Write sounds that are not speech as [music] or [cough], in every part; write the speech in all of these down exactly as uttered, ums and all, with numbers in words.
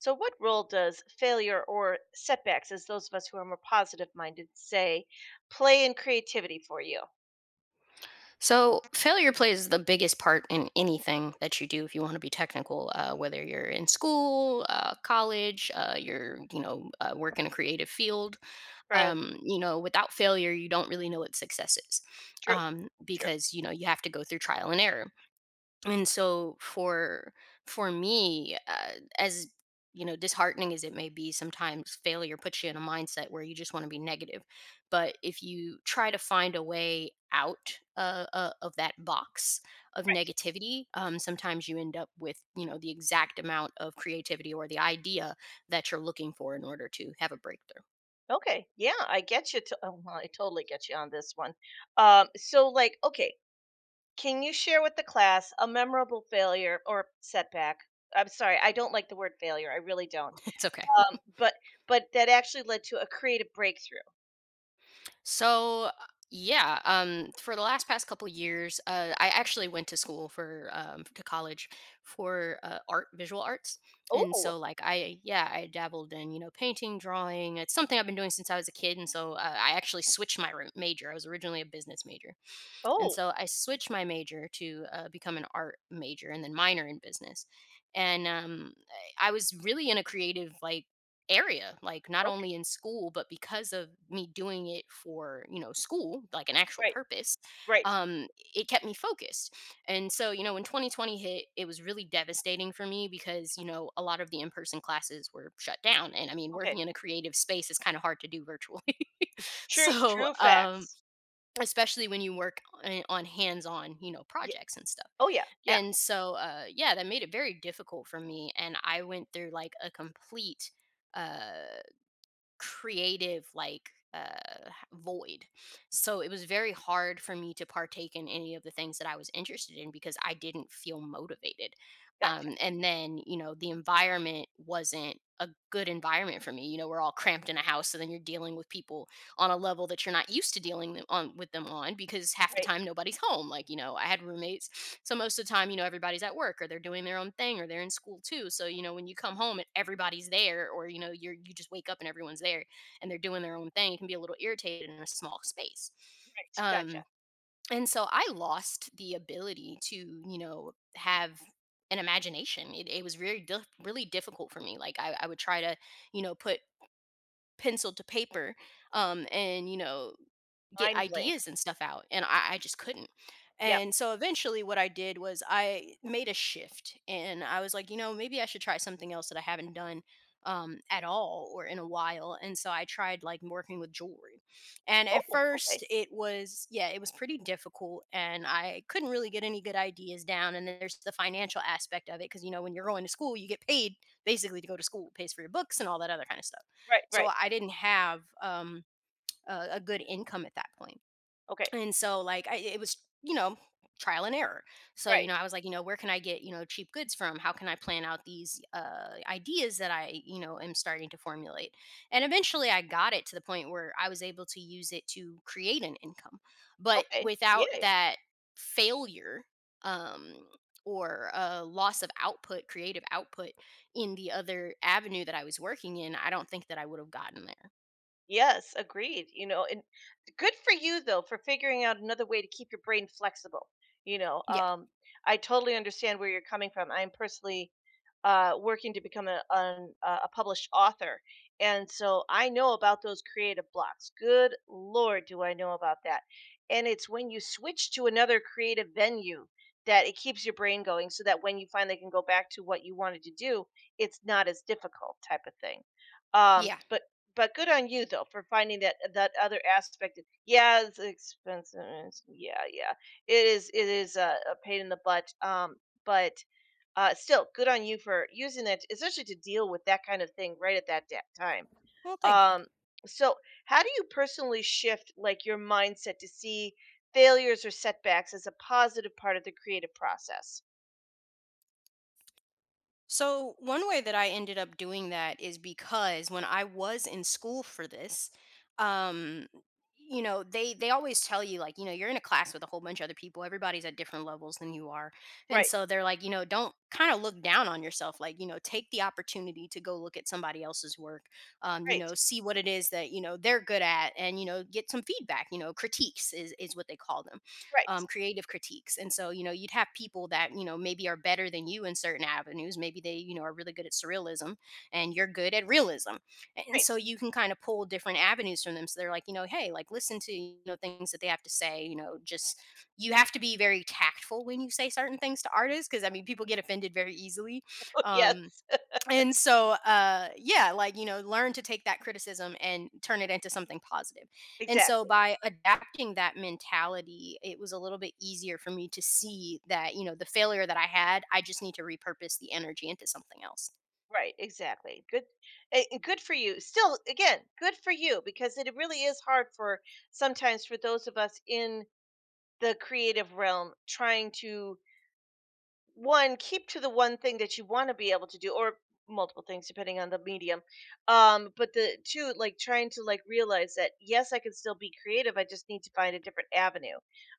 So, what role does failure or setbacks, as those of us who are more positive minded say, play in creativity for you? So, failure plays the biggest part in anything that you do if you want to be technical, uh, whether you're in school, uh, college, uh, you're, you know, uh, work in a creative field. Right. Um, you know, without failure, you don't really know what success is True. um, True. because, you know, you have to go through trial and error, and so for for me, uh, as you know, disheartening as it may be, sometimes failure puts you in a mindset where you just want to be negative, but if you try to find a way out uh, uh, of that box of negativity um, sometimes you end up with, you know, the exact amount of creativity or the idea that you're looking for in order to have a breakthrough. Okay. Yeah, I get you. To, oh, well, I totally get you on this one. Um, so, like, okay, can you share with the class a memorable failure or setback? I'm sorry, I don't like the word failure. I really don't. [laughs] It's okay. Um, but but that actually led to a creative breakthrough. So yeah, um, for the last past couple years, uh, I actually went to school for um, to college for uh, art, visual arts, and Oh, so like I, yeah, I dabbled in, you know, painting, drawing. It's something I've been doing since I was a kid, and so uh, I actually switched my r- major. I was originally a business major, and oh, so I switched my major to uh, become an art major and then minor in business. And um, I I was really in a creative like area, like not okay, only in school, but because of me doing it for, you know, school, like an actual right, purpose, right, um, it kept me focused. And so, you know, when twenty twenty hit, it was really devastating for me because, you know, a lot of the in person classes were shut down. And I mean, okay. working in a creative space is kind of hard to do virtually. [laughs] True, So, true um, facts. especially when you work on on hands-on, you know, Yeah. projects and stuff. Oh yeah, yeah. And so, uh, yeah, that made it very difficult for me, and I went through like a complete uh, creative like uh, h- void. So it was very hard for me to partake in any of the things that I was interested in because I didn't feel motivated. Gotcha. Um, and then, you know, the environment wasn't a good environment for me. You know, we're all cramped in a house, so then you're dealing with people on a level that you're not used to dealing them on with them on because half the Right, time nobody's home. Like, you know, I had roommates. So most of the time, you know, everybody's at work, or they're doing their own thing, or they're in school too. So, you know, when you come home and everybody's there, or, you know, you're you just wake up and everyone's there and they're doing their own thing, it can be a little irritated in a small space. right, gotcha. Um and so I lost the ability to, you know, have an imagination. It, it was really dif- really difficult for me. Like I, I would try to, you know, put pencil to paper um and you know, get Mind blank. ideas and stuff out, and I, I just couldn't. Yep. And so eventually what I did was I made a shift, and I was like, you know, maybe I should try something else that I haven't done, um, at all or in a while. And so I tried like working with jewelry, and at Oh, okay. first it was, yeah, it was pretty difficult, and I couldn't really get any good ideas down. And then there's the financial aspect of it because, you know, when you're going to school, you get paid basically to go to school, pays for your books and all that other kind of stuff. Right, right. So I didn't have um, a, a good income at that point. Okay. And so like I, it was, you know, trial and error. So, you know, Right. I was like, you know, where can I get, you know, cheap goods from? How can I plan out these uh ideas that I, you know, am starting to formulate? And eventually I got it to the point where I was able to use it to create an income. But Okay. without Yeah. that failure um or a loss of output, creative output, in the other avenue that I was working in, I don't think that I would have gotten there. Yes, agreed. You know, and good for you though for figuring out another way to keep your brain flexible. You know, Yeah. um, I totally understand where you're coming from. I'm personally uh, working to become a, an, uh, a published author, and so I know about those creative blocks. Good lord, do I know about that? And it's when you switch to another creative venue that it keeps your brain going, so that when you finally can go back to what you wanted to do, it's not as difficult, type of thing. Um, Yeah. but but good on you though for finding that that other aspect. Yeah, it's expensive. it's- Yeah, yeah. It is it is a, a pain in the butt. Um, but uh, Still, good on you for using that, especially to deal with that kind of thing right at that da- time. Well, thank you. Um, so how do you personally shift like your mindset to see failures or setbacks as a positive part of the creative process? So, one way that I ended up doing that is because when I was in school for this, um, you know, they they always tell you like, you know, you're in a class with a whole bunch of other people. Everybody's at different levels than you are. And Right, so they're like, you know, don't kind of look down on yourself. Like, you know, take the opportunity to go look at somebody else's work. Um, you right, know, see what it is that, you know, they're good at, and, you know, get some feedback, you know, critiques is is what they call them, right, um, creative critiques. And so, you know, you'd have people that, you know, maybe are better than you in certain avenues. Maybe they, you know, are really good at surrealism and you're good at realism. And right. so [laughs] you can kind of pull different avenues from them. So they're like, you know, hey, like listen to, you know, things that they have to say, you know, just you have to be very tactful when you say certain things to artists because I mean people get offended very easily. Oh, yes, Um and so uh yeah, like, you know, learn to take that criticism and turn it into something positive positive. And so exactly. by adapting that mentality, it was a little bit easier for me to see that, you know, the failure that I had, I just need to repurpose the energy into something else. Right, exactly. Good, eh, eh, good for you. Still, again, good for you because it really is hard for sometimes for those of us in the creative realm trying to one keep to the one thing that you want to be able to do or multiple things depending on the medium, um, but the two, like trying to like realize that yes, I can still be creative, I just need to find a different avenue.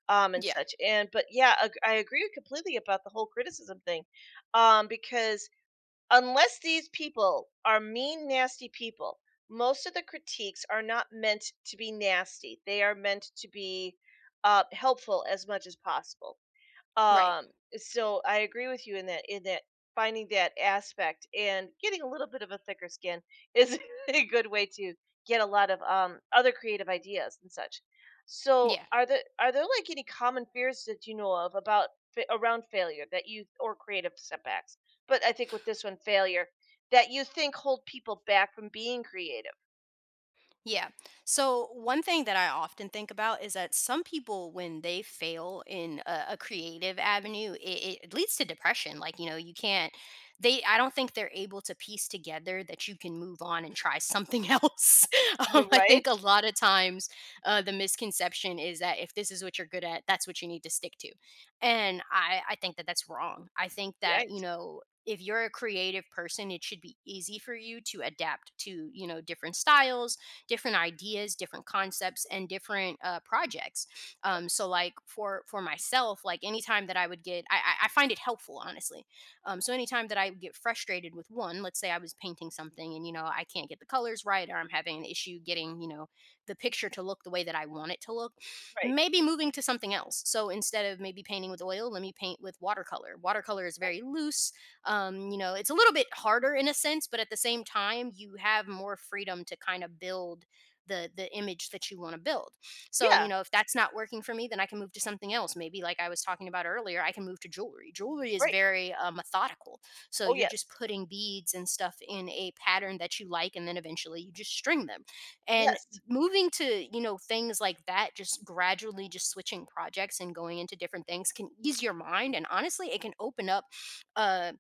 um and Yeah. such and but yeah ag- i agree completely about the whole criticism thing, um because unless these people are mean, nasty people, most of the critiques are not meant to be nasty. They are meant to be uh, helpful as much as possible. Right. Um, so I agree with you in that in that finding that aspect and getting a little bit of a thicker skin is [laughs] a good way to get a lot of um, other creative ideas and such. So Yeah. are there are there like any common fears that you know of about fa- around failure that you or creative setbacks? But I think with this one failure that you think hold people back from being creative. Yeah. So, one thing that I often think about is that some people, when they fail in a, a creative avenue, it, it leads to depression. Like, you know, you can't, they, I don't think they're able to piece together that you can move on and try something [laughs] else. Yeah, um, I right? think a lot of times uh, the misconception is that if this is what you're good at, that's what you need to stick to. And I, I think that that's wrong. I think that, you Right. know, if you're a creative person, it should be easy for you to adapt to, you know, different styles, different ideas, different concepts, and different uh, projects. um, Right. so like for for myself, like anytime that I would get, i i I find it helpful honestly. um, so anytime that I would get frustrated with one, let's say I was painting something and, you know, I can't get the colors right, or I'm having an issue getting, you know, the picture to look the way that I want it to look, Right. maybe moving to something else. So instead of maybe painting with oil, let me paint with watercolor. Watercolor is Right. very loose. um you know, it's a little bit harder in a sense, but at the same time, you have more freedom to kind of build the the image that you want to build. So Yeah, you know, if that's not working for me, then I can move to something else. Maybe, like I was talking about earlier, I can move to jewelry. Jewelry is right. very uh, methodical. So Oh you're just yes. putting beads and stuff in a pattern that you like, and then eventually you just string them. And Yes. moving to, you know, things like that, just gradually just switching projects and going into different things, can ease your mind. And honestly, it can open up uh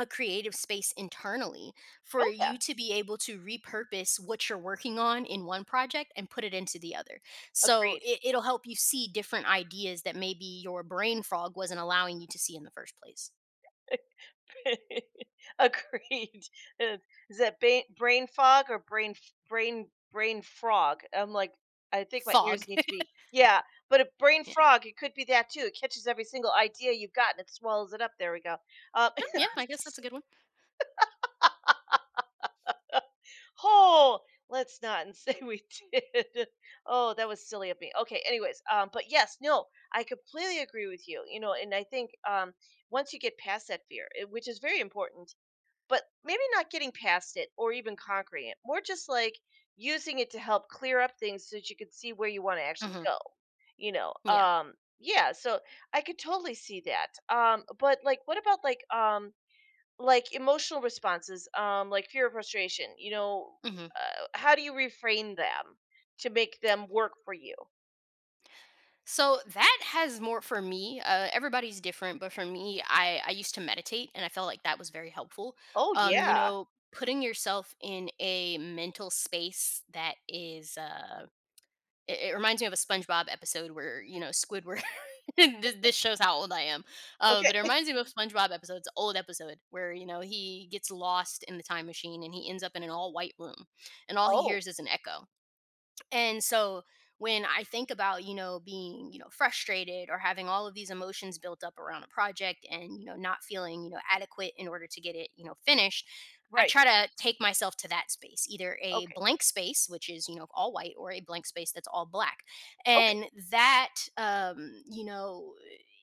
a creative space internally for Oh yeah. you to be able to repurpose what you're working on in one project and put it into the other. So Agreed. it, it'll help you see different ideas that maybe your brain fog wasn't allowing you to see in the first place. [laughs] Agreed. [laughs] Is that ba- brain fog or brain f- brain brain frog? I'm like, I think my Fog. ears need to [laughs] be yeah. But a brain Yeah. frog, it could be that too. It catches every single idea you've got and it swallows it up. There we go. Um, No, [laughs] yeah, I guess that's a good one. oh, let's not [laughs] and say we did. [laughs] Oh, that was silly of me. Okay. Anyways, um, but yes, no, I completely agree with you. You know, and I think um, once you get past that fear, it- which is very important, but maybe not getting past it or even conquering it, more just like using it to help clear up things so that you can see where you want to actually Hmm. go. You know, Yeah. um, yeah, so I could totally see that. Um, but like, what about like, um, like emotional responses, um, like fear or frustration? You know, hmm. Uh, how do you reframe them to make them work for you? So that has more for me. Uh, everybody's different, but for me, I, I used to meditate and I felt like that was very helpful. Oh Um, you yeah, know, putting yourself in a mental space that is. Uh, It it reminds me of a SpongeBob episode where, you know, Squidward, [laughs] this this shows how old I am. Um, okay. but it reminds me of a SpongeBob episode, it's a old episode where, you know, he gets lost in the time machine and he ends up in an all-white room, and all he Oh hears is an echo. And so when I think about, you know, being, you know, frustrated or having all of these emotions built up around a project and, you know, not feeling, you know, adequate in order to get it, you know, finished, I right, try to take myself to that space, either a okay, blank space, which is, you know, all white, or a blank space that's all black. okay, And that, um, you know,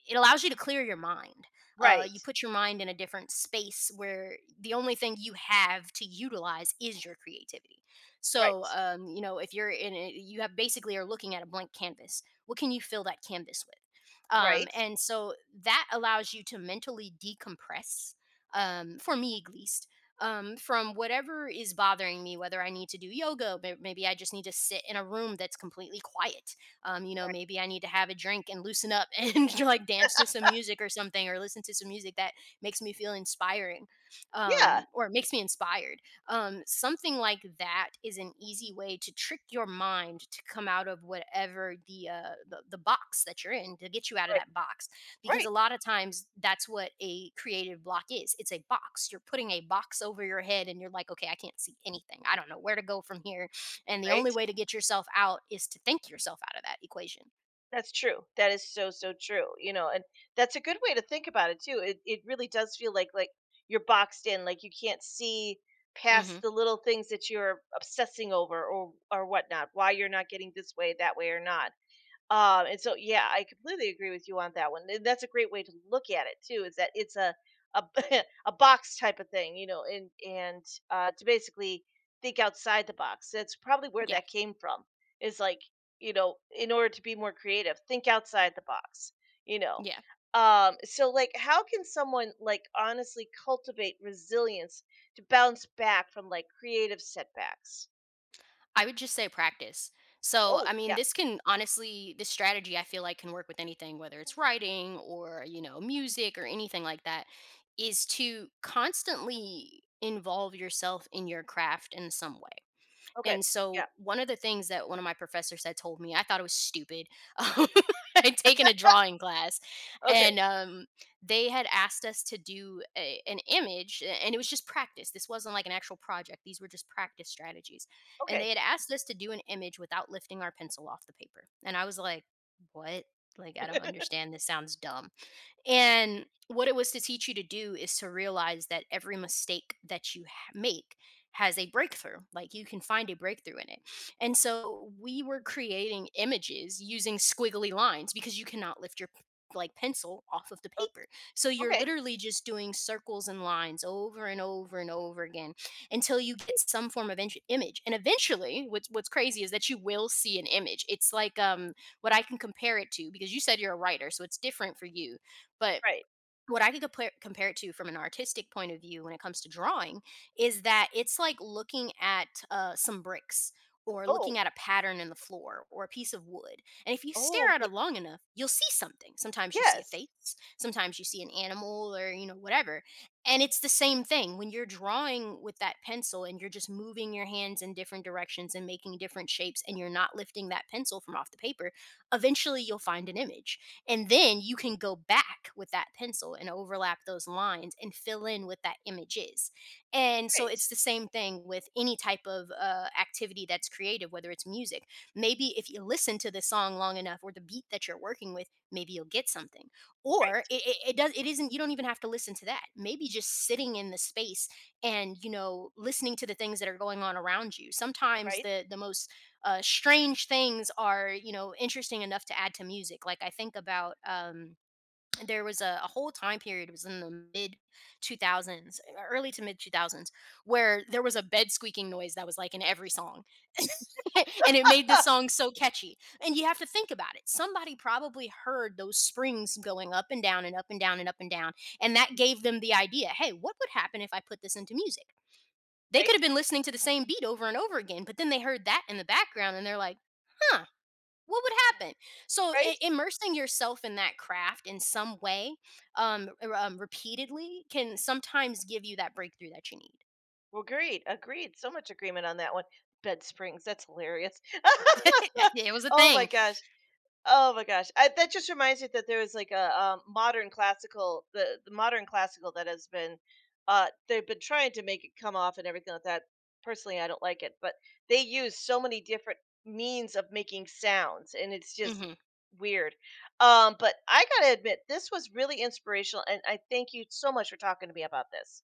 it allows you to clear your mind. Uh, right, You put your mind in a different space where the only thing you have to utilize is your creativity. So, right, um, you know, if you're in it, you have basically are looking at a blank canvas. What can you fill that canvas with? Um, right, and so that allows you to mentally decompress, um, for me at least, um, from whatever is bothering me, whether I need to do yoga, may- maybe I just need to sit in a room that's completely quiet. Um, you know, right. Maybe I need to have a drink and loosen up [laughs] and like dance to some music or something or listen to some music that makes me feel inspiring Yeah, um, or makes me inspired, um, something like that is an easy way to trick your mind to come out of whatever the, uh, the the box that you're in to get you out of right, that box, because right, a lot of times that's what a creative block is. It's a box. You're putting a box over your head and you're like, okay, I can't see anything, I don't know where to go from here, and the only right. way to get yourself out is to think yourself out of that equation. That's true. That is so, so true, you know, and that's a good way to think about it too. It it really does feel like like you're boxed in, like you can't see past Hmm. the little things that you're obsessing over or or whatnot, why you're not getting this way, that way or not. Um, and so, yeah, I completely agree with you on that one. And that's a great way to look at it too. Is that it's a a, [laughs] a box type of thing, you know, and and uh, to basically think outside the box. That's probably where Yeah, that came from. Is like you know, in order to be more creative, think outside the box. You know, yeah, um, so like, how can someone like honestly cultivate resilience to bounce back from like creative setbacks? I would just say practice. So, Oh, I mean, yeah. this can honestly, this strategy I feel like can work with anything, whether it's writing or, you know, music or anything like that, is to constantly involve yourself in your craft in some way. Okay. And Yeah. so one of the things that one of my professors had told me, I thought it was stupid. [laughs] um, I'd taken a drawing class, Okay. and um, they had asked us to do a, an image, a- and it was just practice. This wasn't like an actual project; these were just practice strategies. And Okay. they had asked us to do an image without lifting our pencil off the paper. And I was like, "What? Like, I don't [laughs] understand. This sounds dumb." And what it was to teach you to do is to realize that every mistake that you ha- make has a breakthrough. Like you can find a breakthrough in it. And so we were creating images using squiggly lines because you cannot lift your p- like pencil off of the O- paper. So you're okay. literally just doing circles and lines over and over and over again until you get some form of inch- image. And eventually what's what's crazy is that you will see an image. It's like um what I can compare it to, because you said you're a writer, so it's different for you, but Right. what I could compare compare it to from an artistic point of view when it comes to drawing is that it's like looking at uh, some bricks or Oh, looking at a pattern in the floor or a piece of wood. And if you stare oh, at ye it long enough, you'll see something. Sometimes you see a yes. face, sometimes you see an animal or, you know, whatever. And it's the same thing when you're drawing with that pencil and you're just moving your hands in different directions and making different shapes and you're not lifting that pencil from off the paper, eventually you'll find an image, and then you can go back with that pencil and overlap those lines and fill in what that image is. And so Right, it's the same thing with any type of uh, activity that's creative, whether it's music. Maybe if you listen to the song long enough or the beat that you're working with, maybe you'll get something. Or right, it, it, it does, it isn't, you don't even have to listen to that, maybe just sitting in the space and you know listening to the things that are going on around you. Sometimes right, the the most uh, strange things are, you know, interesting enough to add to music. Like I think about, um there was a, a whole time period, it was in the mid two thousands, uh, early to mid two thousands, where there was a bed squeaking noise that was like in every song. [laughs] And it made this song so catchy. And you have to think about it, somebody probably heard those springs going up and down and up and down and up and down, and that gave them the idea, hey, what would happen if I put this into music? They could right, have been listening to the same beat over and over again, but then they heard that in the background and they're like, huh, what would happen? So right. i- immersing yourself in that craft in some way, um, r- um, repeatedly, can sometimes give you that breakthrough that you need. Well, agreed, agreed. So much agreement on that one. Bed springs, that's hilarious. [laughs] [laughs] It was a Oh my thing. gosh. Oh my gosh, I, that just reminds me that there was like a um, modern classical, the, the modern classical that has been, uh, they've been trying to make it come off and everything like that. Personally, I don't like it, but they use so many different means of making sounds, and it's just Hmm. weird. Um, but I gotta admit, this was really inspirational, and I thank you so much for talking to me about this.